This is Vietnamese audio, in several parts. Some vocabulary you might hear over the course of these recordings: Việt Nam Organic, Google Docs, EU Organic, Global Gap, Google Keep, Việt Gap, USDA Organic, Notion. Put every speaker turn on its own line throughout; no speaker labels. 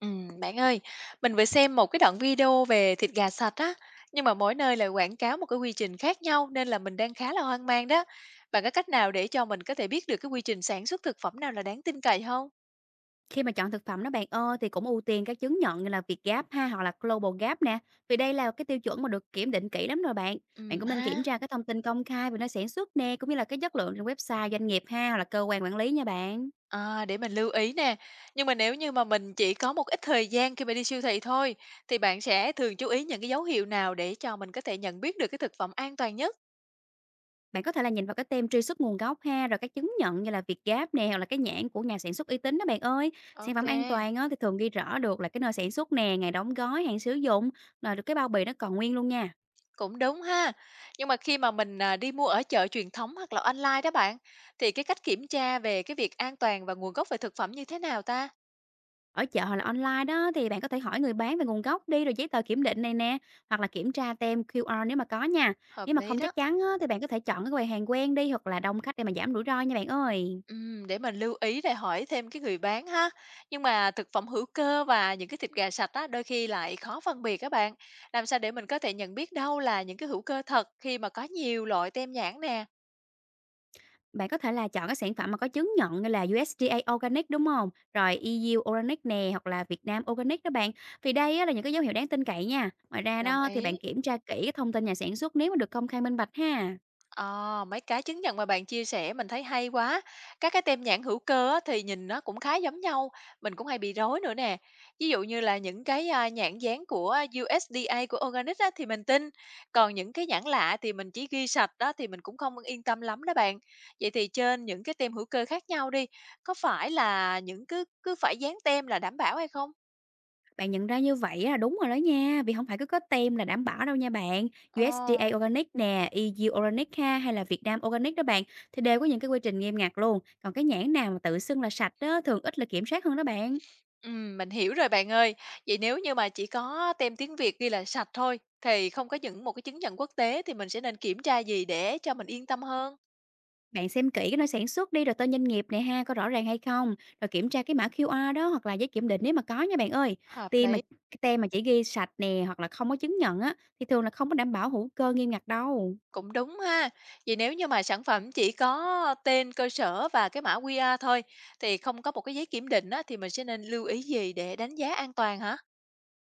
Bạn ơi, mình vừa xem một cái đoạn video về thịt gà sạch á, nhưng mà mỗi nơi lại quảng cáo một cái quy trình khác nhau nên là mình đang khá là hoang mang đó. Bạn có cách nào để cho mình có thể biết được cái quy trình sản xuất thực phẩm nào là đáng tin cậy không?
Khi mà chọn thực phẩm đó bạn ơi, thì cũng ưu tiên các chứng nhận như là Việt Gap ha, hoặc là Global Gap nè, vì đây là cái tiêu chuẩn mà được kiểm định kỹ lắm rồi bạn. Bạn cũng nên kiểm
Ha.
tra cái thông tin công khai về nơi sản xuất nè, cũng như là cái chất lượng trên website doanh nghiệp ha, hoặc là cơ quan quản lý nha bạn.
À, để mình lưu ý nè. Nhưng mà nếu như mà mình chỉ có một ít thời gian khi mà đi siêu thị thôi, thì bạn sẽ thường chú ý những cái dấu hiệu nào để cho mình có thể nhận biết được cái thực phẩm an toàn nhất?
Bạn có thể là nhìn vào cái tem truy xuất nguồn gốc ha, rồi các chứng nhận như là Việt Gap nè, hoặc là cái nhãn của nhà sản xuất uy tín đó bạn ơi. Sản
Ok.
phẩm an toàn á, thì thường ghi rõ được là cái nơi sản xuất nè, ngày đóng gói, hạn sử dụng, rồi được cái bao bì nó còn nguyên luôn nha.
Cũng đúng ha. Nhưng mà khi mà mình, đi mua ở chợ truyền thống hoặc là online đó bạn, thì cái cách kiểm tra về cái việc an toàn và nguồn gốc về thực phẩm như thế nào ta?
Ở chợ hoặc là online đó thì bạn có thể hỏi người bán về nguồn gốc đi, rồi giấy tờ kiểm định này nè, hoặc là kiểm tra tem QR nếu mà có nha.
Hợp
Nếu mà
lý
không
đó.
chắc chắn á, thì bạn có thể chọn cái quầy hàng quen đi hoặc là đông khách để mà giảm rủi ro nha bạn ơi.
Để mình lưu ý rồi hỏi thêm cái người bán ha. Nhưng mà thực phẩm hữu cơ và những cái thịt gà sạch á, đôi khi lại khó phân biệt các bạn. Làm sao để mình có thể nhận biết đâu là những cái hữu cơ thật khi mà có nhiều loại tem nhãn nè?
Bạn có thể là chọn các sản phẩm mà có chứng nhận như là USDA Organic, đúng không? Rồi EU Organic nè, hoặc là Việt Nam Organic đó bạn. Vì đây á, là những cái dấu hiệu đáng tin cậy nha. Ngoài ra
Đồng
đó thì bạn
ý.
kiểm tra kỹ cái thông tin nhà sản xuất nếu mà được công khai minh bạch ha.
Ờ, mấy cái chứng nhận mà bạn chia sẻ mình thấy hay quá. Các cái tem nhãn hữu cơ á, thì nhìn nó cũng khá giống nhau, mình cũng hay bị rối nữa nè. Ví dụ như là những cái nhãn dán của USDA của Organic á, thì mình tin, còn những cái nhãn lạ thì mình chỉ ghi sạch đó thì mình cũng không yên tâm lắm đó bạn. Vậy thì trên những cái tem hữu cơ khác nhau đi, có phải là những cứ cứ phải dán tem là đảm bảo hay không?
Bạn nhận ra như vậy là đúng rồi đó nha, vì không phải cứ có tem là đảm bảo đâu nha bạn.
Ờ.
USDA Organic nè, EU Organic ha, hay là Việt Nam Organic đó bạn, thì đều có những cái quy trình nghiêm ngặt luôn. Còn cái nhãn nào mà tự xưng là sạch đó thường ít là kiểm soát hơn đó bạn.
Mình hiểu rồi bạn ơi. Vậy nếu như mà chỉ có tem tiếng Việt ghi là sạch thôi, thì không có những một cái chứng nhận quốc tế thì mình sẽ nên kiểm tra gì để cho mình yên tâm hơn?
Bạn xem kỹ cái nơi sản xuất đi, rồi tên doanh nghiệp này ha, có rõ ràng hay không, rồi kiểm tra cái mã QR đó hoặc là giấy kiểm định nếu mà có nha bạn ơi.
Hợp
Tem mà
lý,
cái tem mà chỉ ghi sạch nè hoặc là không có chứng nhận á, thì thường là không có đảm bảo hữu cơ nghiêm ngặt đâu.
cũng đúng ha. Vậy nếu như mà sản phẩm chỉ có tên cơ sở và cái mã QR thôi, thì không có một cái giấy kiểm định á, thì mình sẽ nên lưu ý gì để đánh giá an toàn hả?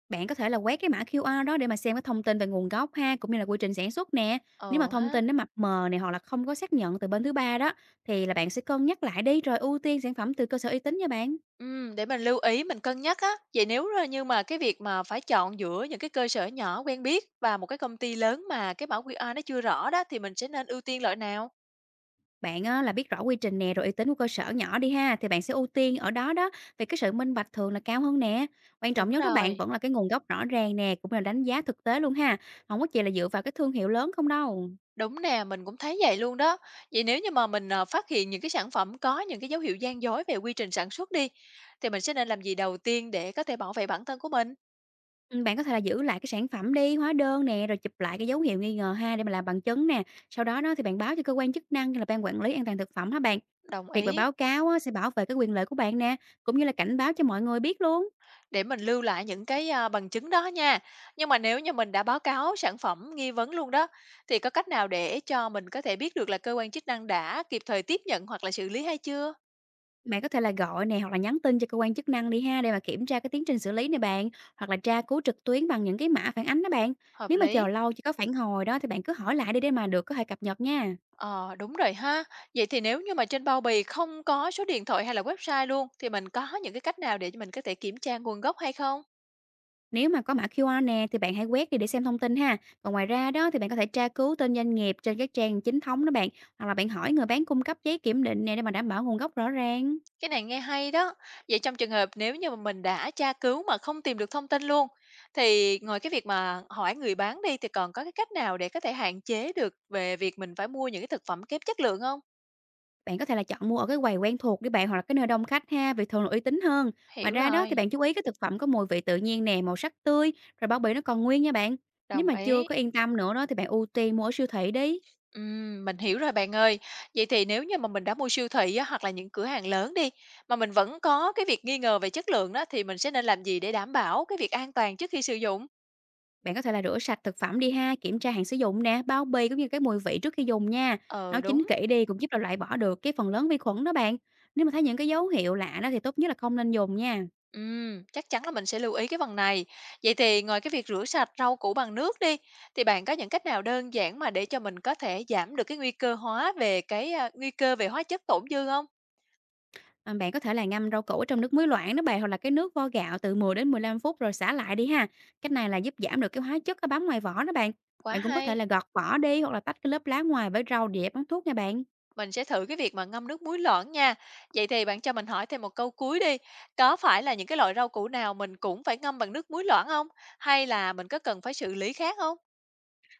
Bạn có thể là quét cái mã QR đó để mà xem cái thông tin về nguồn gốc ha, cũng như là quy trình sản xuất nè. Nếu mà
Ờ
thông
ha.
tin nó mập mờ này hoặc là không có xác nhận từ bên thứ ba đó, thì là bạn sẽ cân nhắc lại đi rồi ưu tiên sản phẩm từ cơ sở uy tín nha bạn.
Để mình lưu ý, mình cân nhắc á. Vậy nếu r như mà cái việc mà phải chọn giữa những cái cơ sở nhỏ quen biết và một cái công ty lớn mà cái mã QR nó chưa rõ đó, thì mình sẽ nên ưu tiên loại nào?
Bạn là biết rõ quy trình nè rồi uy tín của cơ sở nhỏ đi ha, thì bạn sẽ ưu tiên ở đó đó, vì cái sự minh bạch thường là cao hơn nè. Quan trọng
Đúng
nhất đó bạn
rồi,
vẫn là cái nguồn gốc rõ ràng nè, cũng là đánh giá thực tế luôn ha. Không có chỉ là dựa vào cái thương hiệu lớn không đâu.
đúng nè, mình cũng thấy vậy luôn đó. Vậy nếu như mà mình, phát hiện những cái sản phẩm có những cái dấu hiệu gian dối về quy trình sản xuất đi, thì mình sẽ nên làm gì đầu tiên để có thể bảo vệ bản thân của mình?
Bạn có thể là giữ lại cái sản phẩm đi, hóa đơn nè, rồi chụp lại cái dấu hiệu nghi ngờ ha để mà làm bằng chứng nè. Sau đó đó thì bạn báo cho cơ quan chức năng hay là ban quản lý an toàn thực phẩm hả bạn.
Đồng
Việc mà
ý.
báo cáo á, sẽ bảo vệ cái quyền lợi của bạn nè, cũng như là cảnh báo cho mọi người biết luôn.
Để mình lưu lại những cái, bằng chứng đó nha. Nhưng mà nếu như mình đã báo cáo sản phẩm nghi vấn luôn đó, thì có cách nào để cho mình có thể biết được là cơ quan chức năng đã kịp thời tiếp nhận hoặc là xử lý hay chưa?
Bạn có thể là gọi nè hoặc là nhắn tin cho cơ quan chức năng đi ha để mà kiểm tra cái tiến trình xử lý này bạn, hoặc là tra cứu trực tuyến bằng những cái mã phản ánh đó bạn.
Hợp
Nếu mà
lý.
chờ lâu chưa có phản hồi đó thì bạn cứ hỏi lại đi để mà được có thể cập nhật nha.
Ờ, đúng rồi ha. Vậy thì nếu như mà trên bao bì không có số điện thoại hay là website luôn, thì mình có những cái cách nào để cho mình có thể kiểm tra nguồn gốc hay không?
Nếu mà có mã QR nè thì bạn hãy quét đi để xem thông tin ha. Còn ngoài ra đó thì bạn có thể tra cứu tên doanh nghiệp trên các trang chính thống đó bạn, hoặc là bạn hỏi người bán cung cấp giấy kiểm định nè để mà đảm bảo nguồn gốc rõ ràng.
Cái này nghe hay đó. Vậy trong trường hợp nếu như mà mình đã tra cứu mà không tìm được thông tin luôn, thì ngoài cái việc mà hỏi người bán đi thì còn có cái cách nào để có thể hạn chế được về việc mình phải mua những cái thực phẩm kém chất lượng không.
Bạn có thể là chọn mua ở cái quầy quen thuộc đi bạn hoặc là cái nơi đông khách ha, vì thường là uy tín hơn. Ngoài
Hiểu
ra đó thì
rồi,
bạn chú ý cái thực phẩm có mùi vị tự nhiên nè, màu sắc tươi, rồi bao bì nó còn nguyên nha bạn. Nếu
đồng
mà chưa
ý.
có yên tâm nữa đó thì bạn ưu tiên mua ở siêu thị đi.
Mình hiểu rồi bạn ơi. Vậy thì nếu như mà mình đã mua siêu thị á, hoặc là những cửa hàng lớn đi, mà mình vẫn có cái việc nghi ngờ về chất lượng đó thì mình sẽ nên làm gì để đảm bảo cái việc an toàn trước khi sử dụng?
Bạn có thể là rửa sạch thực phẩm đi ha, kiểm tra hạn sử dụng nè, bao bì cũng như cái mùi vị trước khi dùng nha.
Ừ,
Nấu chín
đúng.
kỹ đi cũng giúp là loại bỏ được cái phần lớn vi khuẩn đó bạn. Nếu mà thấy những cái dấu hiệu lạ đó thì tốt nhất là không nên dùng nha.
Chắc chắn là mình sẽ lưu ý cái phần này. Vậy thì ngoài cái việc rửa sạch rau củ bằng nước đi, thì bạn có những cách nào đơn giản mà để cho mình có thể giảm được cái nguy cơ hóa về cái nguy cơ về hóa chất tổn dư không?
À, bạn có thể là ngâm rau củ ở trong nước muối loãng đó bạn hoặc là cái nước vo gạo từ 10 đến 15 phút rồi xả lại đi ha. Cách này là giúp giảm được cái hóa chất nó bám ngoài vỏ đó bạn.
Quá
Bạn cũng có thể
hay.
là gọt vỏ đi hoặc là tách cái lớp lá ngoài với rau để ép món thuốc nha bạn.
Mình sẽ thử cái việc mà ngâm nước muối loãng nha. Vậy thì bạn cho mình hỏi thêm một câu cuối đi. Có phải là những cái loại rau củ nào mình cũng phải ngâm bằng nước muối loãng không? Hay là mình có cần phải xử lý khác không?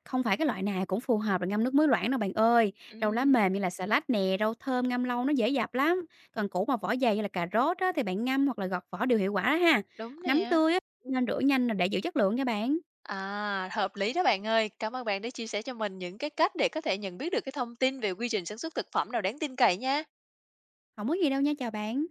Không phải cái loại nào cũng phù hợp để ngâm nước muối loãng đâu bạn ơi. Rau lá mềm
Ừm,
như là xà lách nè, rau thơm ngâm lâu nó dễ dập lắm. Còn củ mà vỏ dày như là cà rốt á, thì bạn ngâm hoặc là gọt vỏ đều hiệu quả đó ha.
đúng
Nấm
nè.
tươi á, nên rửa nhanh là để giữ chất lượng nha bạn.
À, hợp lý đó bạn ơi. Cảm ơn bạn đã chia sẻ cho mình những cái cách để có thể nhận biết được cái thông tin về quy trình sản xuất thực phẩm nào đáng tin cậy nha.
Không có gì đâu nha, chào bạn.